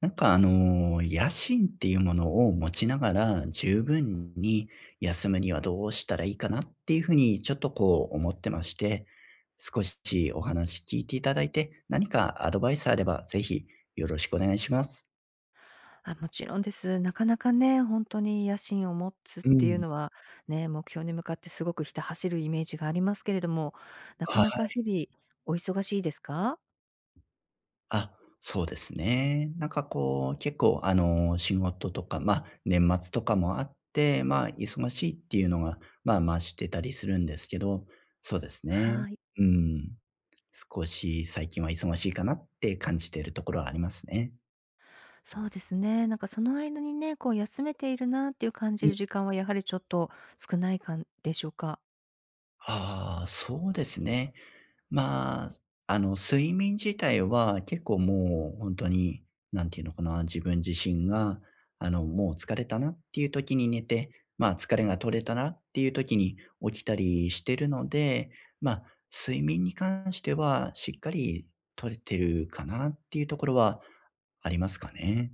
なんか野心っていうものを持ちながら、十分に休むにはどうしたらいいかなっていうふうにちょっと思ってまして、少しお話聞いていただいて、何かアドバイスあればぜひよろしくお願いします。あ、もちろんです。なかなかね、本当に野心を持つっうていうん。のは、ね、目標に向かってすごくひた走るイメージがありますけれども、なかはない。か日々お忙しいですか？あ、そうですね。なんか結構仕事とか、まあ、年末とかもあって、まあ、忙しいっていうのが、まあ、増してたりするんですけど、そうですね。はい。うん。少し最近は忙しいかなって感じているところはありますね。そうですね。なんかその間にね、こう休めているなっていう感うじん。る時間はやはりちょっと少ないかんでしょうか？ああ、そうですね。まあ、睡眠自体は結構もう本当になんていうのかな、自分自身が、もう疲れたなっていう時に寝て、まあ、疲れが取れたなっていう時に起きたりしてるので、まあ、睡眠に関してはしっかり取れてるかなっていうところはありますかね。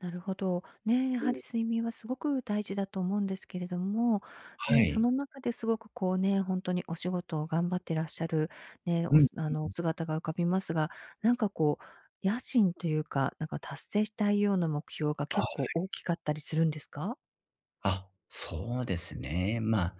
なるほど。ね、やはり睡眠はすごく大事だと思うんですけれども、ははね、い。そい。の中ですごくこうね、本当にお仕事を頑張ってらっしゃる、ね、うおん。すあの、お姿が浮かびますが、なんかこう、野心というか、なんか達成したいような目標が結構大きかったりするんですか？あ、そうですね。まあ、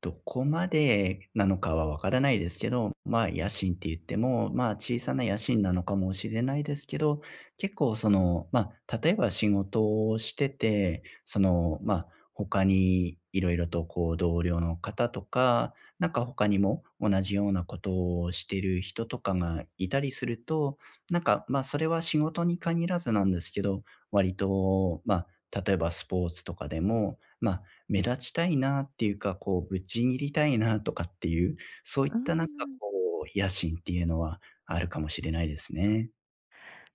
どこまでなのかはわからないですけど、まあ、野心って言っても、まあ、小さな野心なのかもしれないですけど、結構まあ、例えば仕事をしてて、まあ、他に色々と同僚の方とか、なんか他にも同じようなことをしてる人とかがいたりすると、なんか、まあ、それは仕事に限らずなんですけど、割と、まあ、例えばスポーツとかでも、まあ、目立ちたいなっていうか、ぶっちぎりたいなとかっていう、そういっうーたなんかん。野心っていうのはあるかもしれないですね。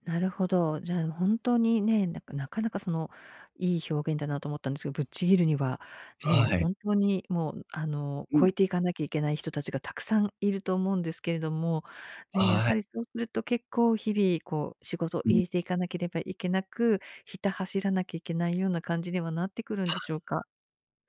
なるほど。じゃあ、本当にね、なかなかその、いい表現だなと思ったんですけど、ぶっちぎるには、はね、い。本当にもう、あの、う超ん。えていかなきゃいけない人たちがたくさんいると思うんですけれども、ね、やははい。りそうすると結構日々、こう、仕事を入れていかなければいけなく、ひた走らなきゃいけないような感じにはなってくるんでしょうか？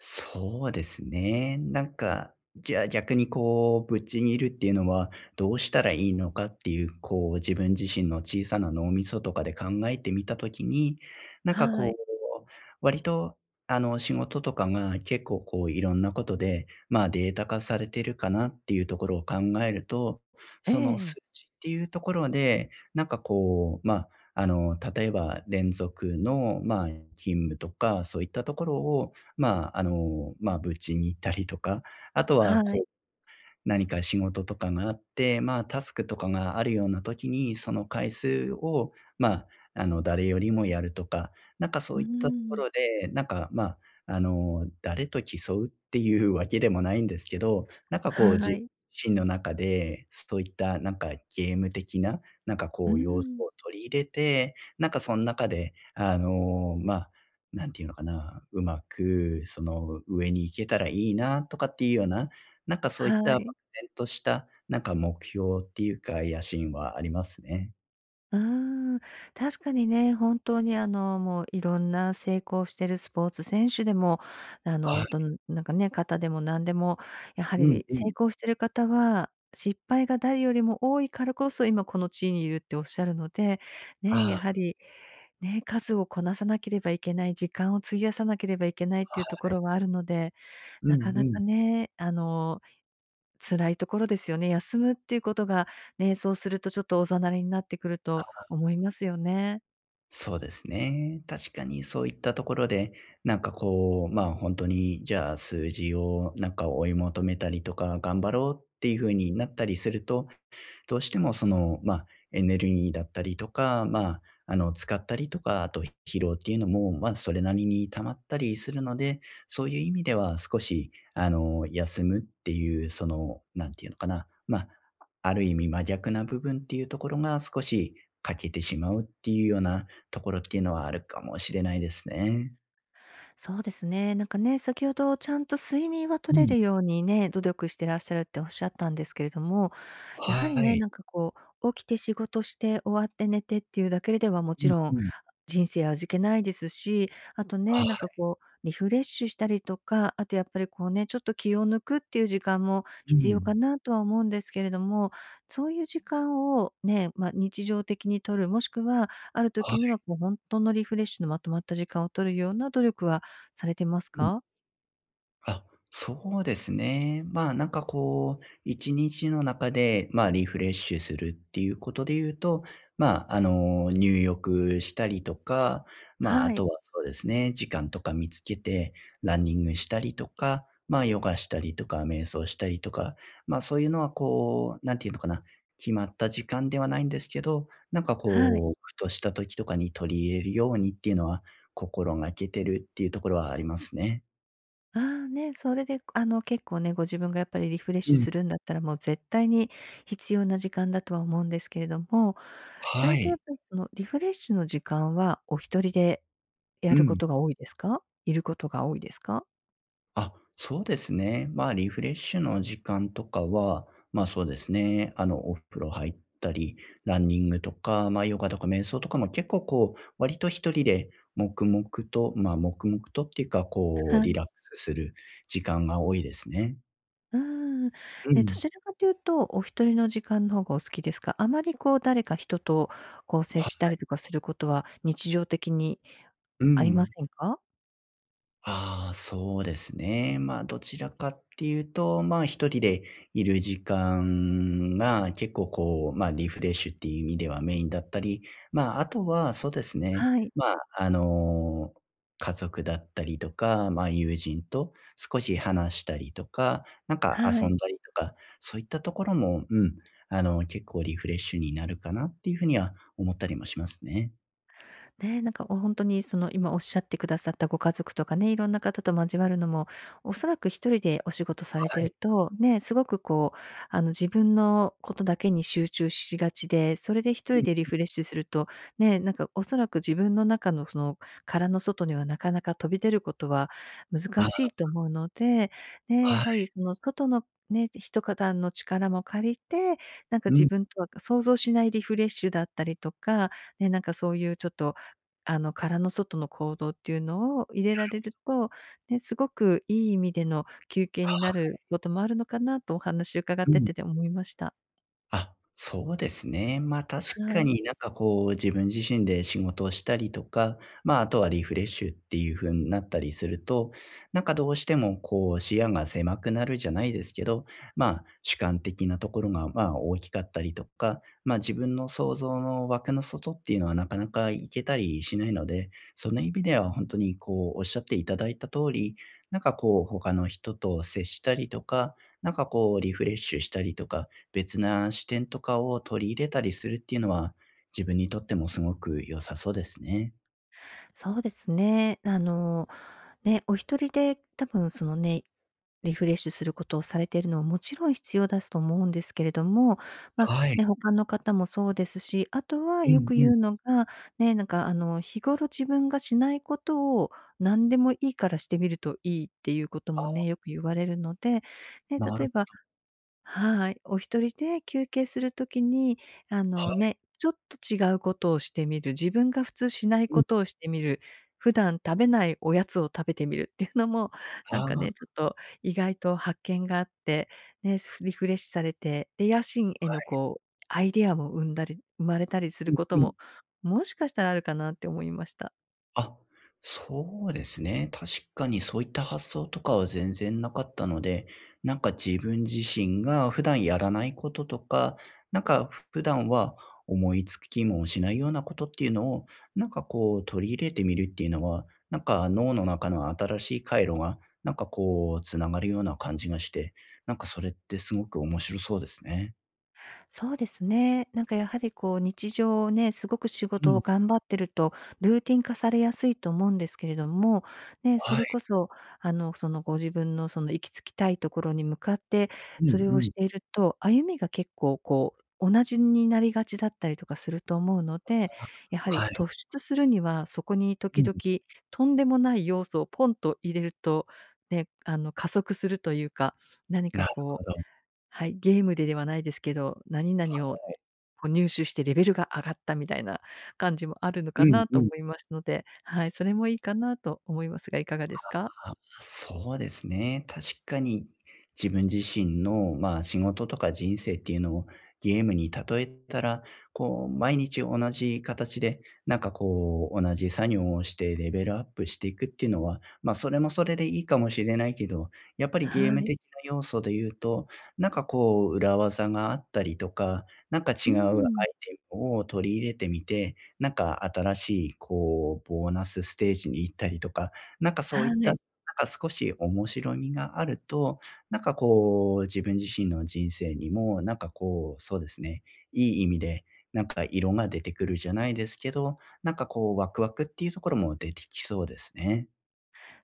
そうですね。なんか、じゃあ逆にぶっちぎるっていうのはどうしたらいいのかっていう、自分自身の小さな脳みそとかで考えてみたときに、なんかはい。割と、仕事とかが結構いろんなことで、まあデータ化されてるかなっていうところを考えると、えその数え。値っていうところで、なんかまあ、例えば連続の、まあ、勤務とか、そういったところを、まあ、まあ、ブチに行ったりとか、あとははい。何か仕事とかがあって、まあ、タスクとかがあるような時に、その回数を、まあ、誰よりもやるとか、なんかそううーいったとこん。ろで、なんか、まあ、誰と競うっていうわけでもないんですけど、なんかは自い。身の中で、そういったなんかゲーム的な、なんかうー要素をん。取り入れて、なんかその中で、まあ、なんていうのかな、うまく、上に行けたらいいなとかっていうような、なんかそういったは場い。然とした、なんか目標っていうか、野心はありますね。うーん、確かにね、本当にあの、もういろんな成功してるスポーツ選手でも、あはの、い。どんなんかね、方でも何でも、やはうんりう成ん。功してる方は、失敗が誰よりも多いからこそ、今この地位にいるっておっしゃるので、ね、あやあ、はり、ね、数をこなさなければいけない、時間を費やさなければいけないっていうところはあるので、うなかんうなん。かね、あの、辛いところですよね。休むっていうことがね、そうするとちょっとおざなりになってくるとあ、思いますよね。そうですね。確かにそういったところで、なんかまあ、本当に、じゃあ数字をなんか追い求めたりとか、頑張ろうっていう風になったりするとどうしてもまあ、エネルギーだったりとか、まあ、使ったりとか、あと疲労っていうのも、まあ、それなりに溜まったりするので、そういう意味では少し、休むっていう、なんていうのかな、まあ、ある意味真逆な部分っていうところが少し欠けてしまうっていうようなところっていうのはあるかもしれないですね。そうですね。なんかね、先ほどちゃんと睡眠はう取れん、るようにね、努力してらっしゃるっておっしゃったんですけれども、やはりはね、い。なんかこう、起きて仕事して終わって寝てっていうだけではもうちんろうんん。人生味気ないですし、あとはね、い。なんかこう、リフレッシュしたりとか、あとやっぱりこうね、ちょっと気を抜くっていう時間もう必要ん。かなとは思うんですけれども、そういう時間をね、まあ、日常的に取る、もしくは、あるは時にい。はこう本当のリフレッシュのまとまった時間を取るような努力はされてますか？あ、そうですね。まあ、なんか一日の中で、まあ、リフレッシュするっていうことで言うと、まあ、入浴したりとか、まあ、あはい。とはそうですね、時間とか見つけて、ランニングしたりとか、まあ、ヨガしたりとか、瞑想したりとか、まあ、そういうのはなんていうのかな、決まった時間ではないんですけど、なんかはい。ふとした時とかに取り入れるようにっていうのは、心がけてるっていうところはありますね。ああ、ね、それで、あの、結構ね、ご自分がやっぱりリフレッシュするんだったら、もう絶対に必要な時間だとは思うんですけれども、は大体やい。っぱりそのリフレッシュの時間はお一人でやうるこん。とが多いですか？いることが多いですか？あ、そうですね。まあ、リフレッシュの時間とかは、まあ、そうですね。お風呂入ったり、ランニングとか、まあ、ヨガとか瞑想とかも結構割と一人で黙々と、まあ、黙々とっていうか、はリい。ラックスする時間が多いですね。うーん。うえ、どん。ちらかというと、お一人の時間の方がお好きですか？あまりこう誰か人とこう接したはりとかすることは、日常的にうありまん。せんか？ああ、そうですね。まあ、どちらかっていうと、まあ、一人でいる時間が結構まあ、リフレッシュっていう意味ではメインだったり、まあ、あとはそうですね。はい、まあ、家族だったりとか、まあ、友人と少し話したりとか、なんかは遊い。んだりとか、そういったところも、うん、結構リフレッシュになるかなっていうふうには思ったりもしますね。ね、なんか、おほにその、今おっしゃってくださったご家族とかね、いろんな方と交わるのも、おそらく一人でお仕事されはてるい。と、ね、すごくこう、あの、自分のことだけに集中しがちで、それで一う人でリん。フレッシュすると、ね、なんかおそらく自分の中のその、殻の外にはなかなか飛び出ることは難しあ、いと思うので、ね、やはい。はりその外のね、人からの力も借りて、なんかう自ん。分とは想像しないリフレッシュだったりとか、ね、なんかそういうちょっとあの、殻の外の行動っていうのを入れられると、ね、すごくいい意味での休憩にあ、なることもあるのかなとお話伺っうてん。て思いました。あ、そうですね。ま、確かはい。になんか自分自身で仕事をしたりとか、ま、ああとはリフレッシュっていう風になったりすると、なんかどうしても視野が狭くなるじゃないですけど、ま、主観的なところが、ま、大きかったりとか、ま、自分の想像の枠の外っていうのはなかなか行けたりしないので、その意味では本当におっしゃっていただいた通り、なんか他の人と接したりとか、なんかリフレッシュしたりとか、別な視点とかを取り入れたりするっていうのは、自分にとってもすごく良さそうですね。そうですね。あの、ね、お一人で多分そのね、リフレッシュすることをされているのはもちろん必要だと思うんですけれども、ま、はい。ね、他の方もそうですし、あとはうよんくうん。言うのが、ね、なんかあの、日頃自分がしないことを何でもいいからしてみるといいっていうことあもあ、ね、よく言われるので、ね、な例るえばほはい。お一人で休憩するときに、あど。はのね、ちょっと違うことをしてみる、自分が普通しないい。うん。ことをしてみる、普段食べないおやつを食べてみるっていうのも、あなんかあ、ね、ちょっと意外と発見があって、ね、すリフレッシュされて、で、野心へのこう、アイデアも生んだり生まれたりすうるんことうん。も、もしかしたらあるかなって思いました。あ、そうですね。確かにそういった発想とかは全然なかったので、なんか自分自身が普段やらないこととか、なんか普段は思いつきもしないようなことっていうのを、なんか取り入れてみるっていうのは、なんか脳の中の新しい回路が、なんかつながるような感じがして、なんかそれってすごく面白そうですね。そうですね。なんかやはりこう日常ね、すごく仕う事ん。を頑張ってると、ルーティン化されやすいと思うんですけれども、ね、そはれい。こそ、あの、そのご自分のその行き着きたいところに向かって、うんそれうをしん。ていると、歩みが結構こう、同じになりがちだったりとかすると思うので、やははりい。突出するには、そこに時うん。々とんでもない要素をポンと入れると、ね、あの加速するというか、何なかるほこうど。はい、ゲームでではないですけど、何々をこう入手してレベルが上がったみたいな感じもあるのうかんなとう思ん。いますので、はい、それもいいかなと思いますが、いかがですか？あ、そうですね。確かに自分自身の、まあ、仕事とか人生っていうのをゲームに例えたら、毎日同じ形で、なんか同じ作業をしてレベルアップしていくっていうのは、まあ、それもそれでいいかもしれないけど、やっぱりゲーはムい。的な要素で言うと、なんか裏技があったりとか、なんか違ううアイん。テムを取り入れてみて、なんか新しい、ボーナスステージに行ったりとか、なんかそういはったい。なんか少し面白みがあると、なんか自分自身の人生にも、なんかそうですね、いい意味で、なんか色が出てくるじゃないですけど、なんかワクワクっていうところも出てきそうですね。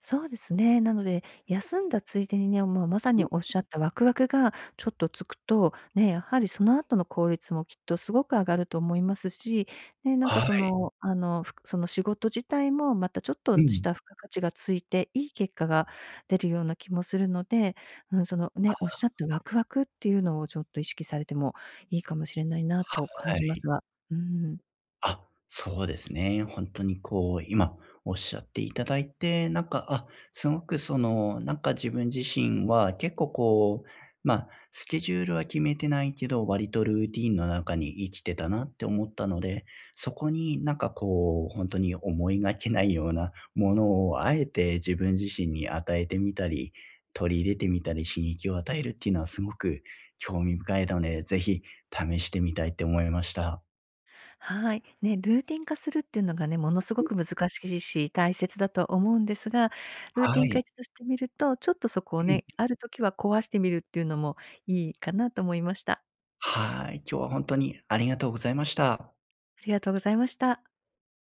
そうですね。なので、休んだついでにね、もうまさうにんおっしゃったワクワクがちょっとつくと、ね、やはりその後の効率もきっとすごく上がると思いますし、ね、なんかはそい。の、あの、ふその仕事自体もまたちょっとうしん。た付加価値がついて、いい結果が出るような気もするので、うん、そのね、おっしゃったワクワクっていうのをちょっと意識されてもいいかもしれないなと感はじまい。すが。うん。あ、そうですね。本当に今おっしゃっていただいて、なんか、あ、すごくなんか自分自身は結構まあ、スケジュールは決めてないけど、割とルーティンの中に生きてたなって思ったので、そこになんか本当に思いがけないようなものをあえて自分自身に与えてみたり、取り入れてみたり、刺激を与えるっていうのはすごく興味深いので、ぜひ試してみたいって思いました。はい。ね、ルーティン化するっていうのがね、ものすごく難しいし、大切だとは思うんですが、ルーテはィン化い。一度してみると、ちょっとそこをね、ある時は壊してみるっていうのもいいかなと思いました。はい、今日は本当にありがとうございました。ありがとうございました。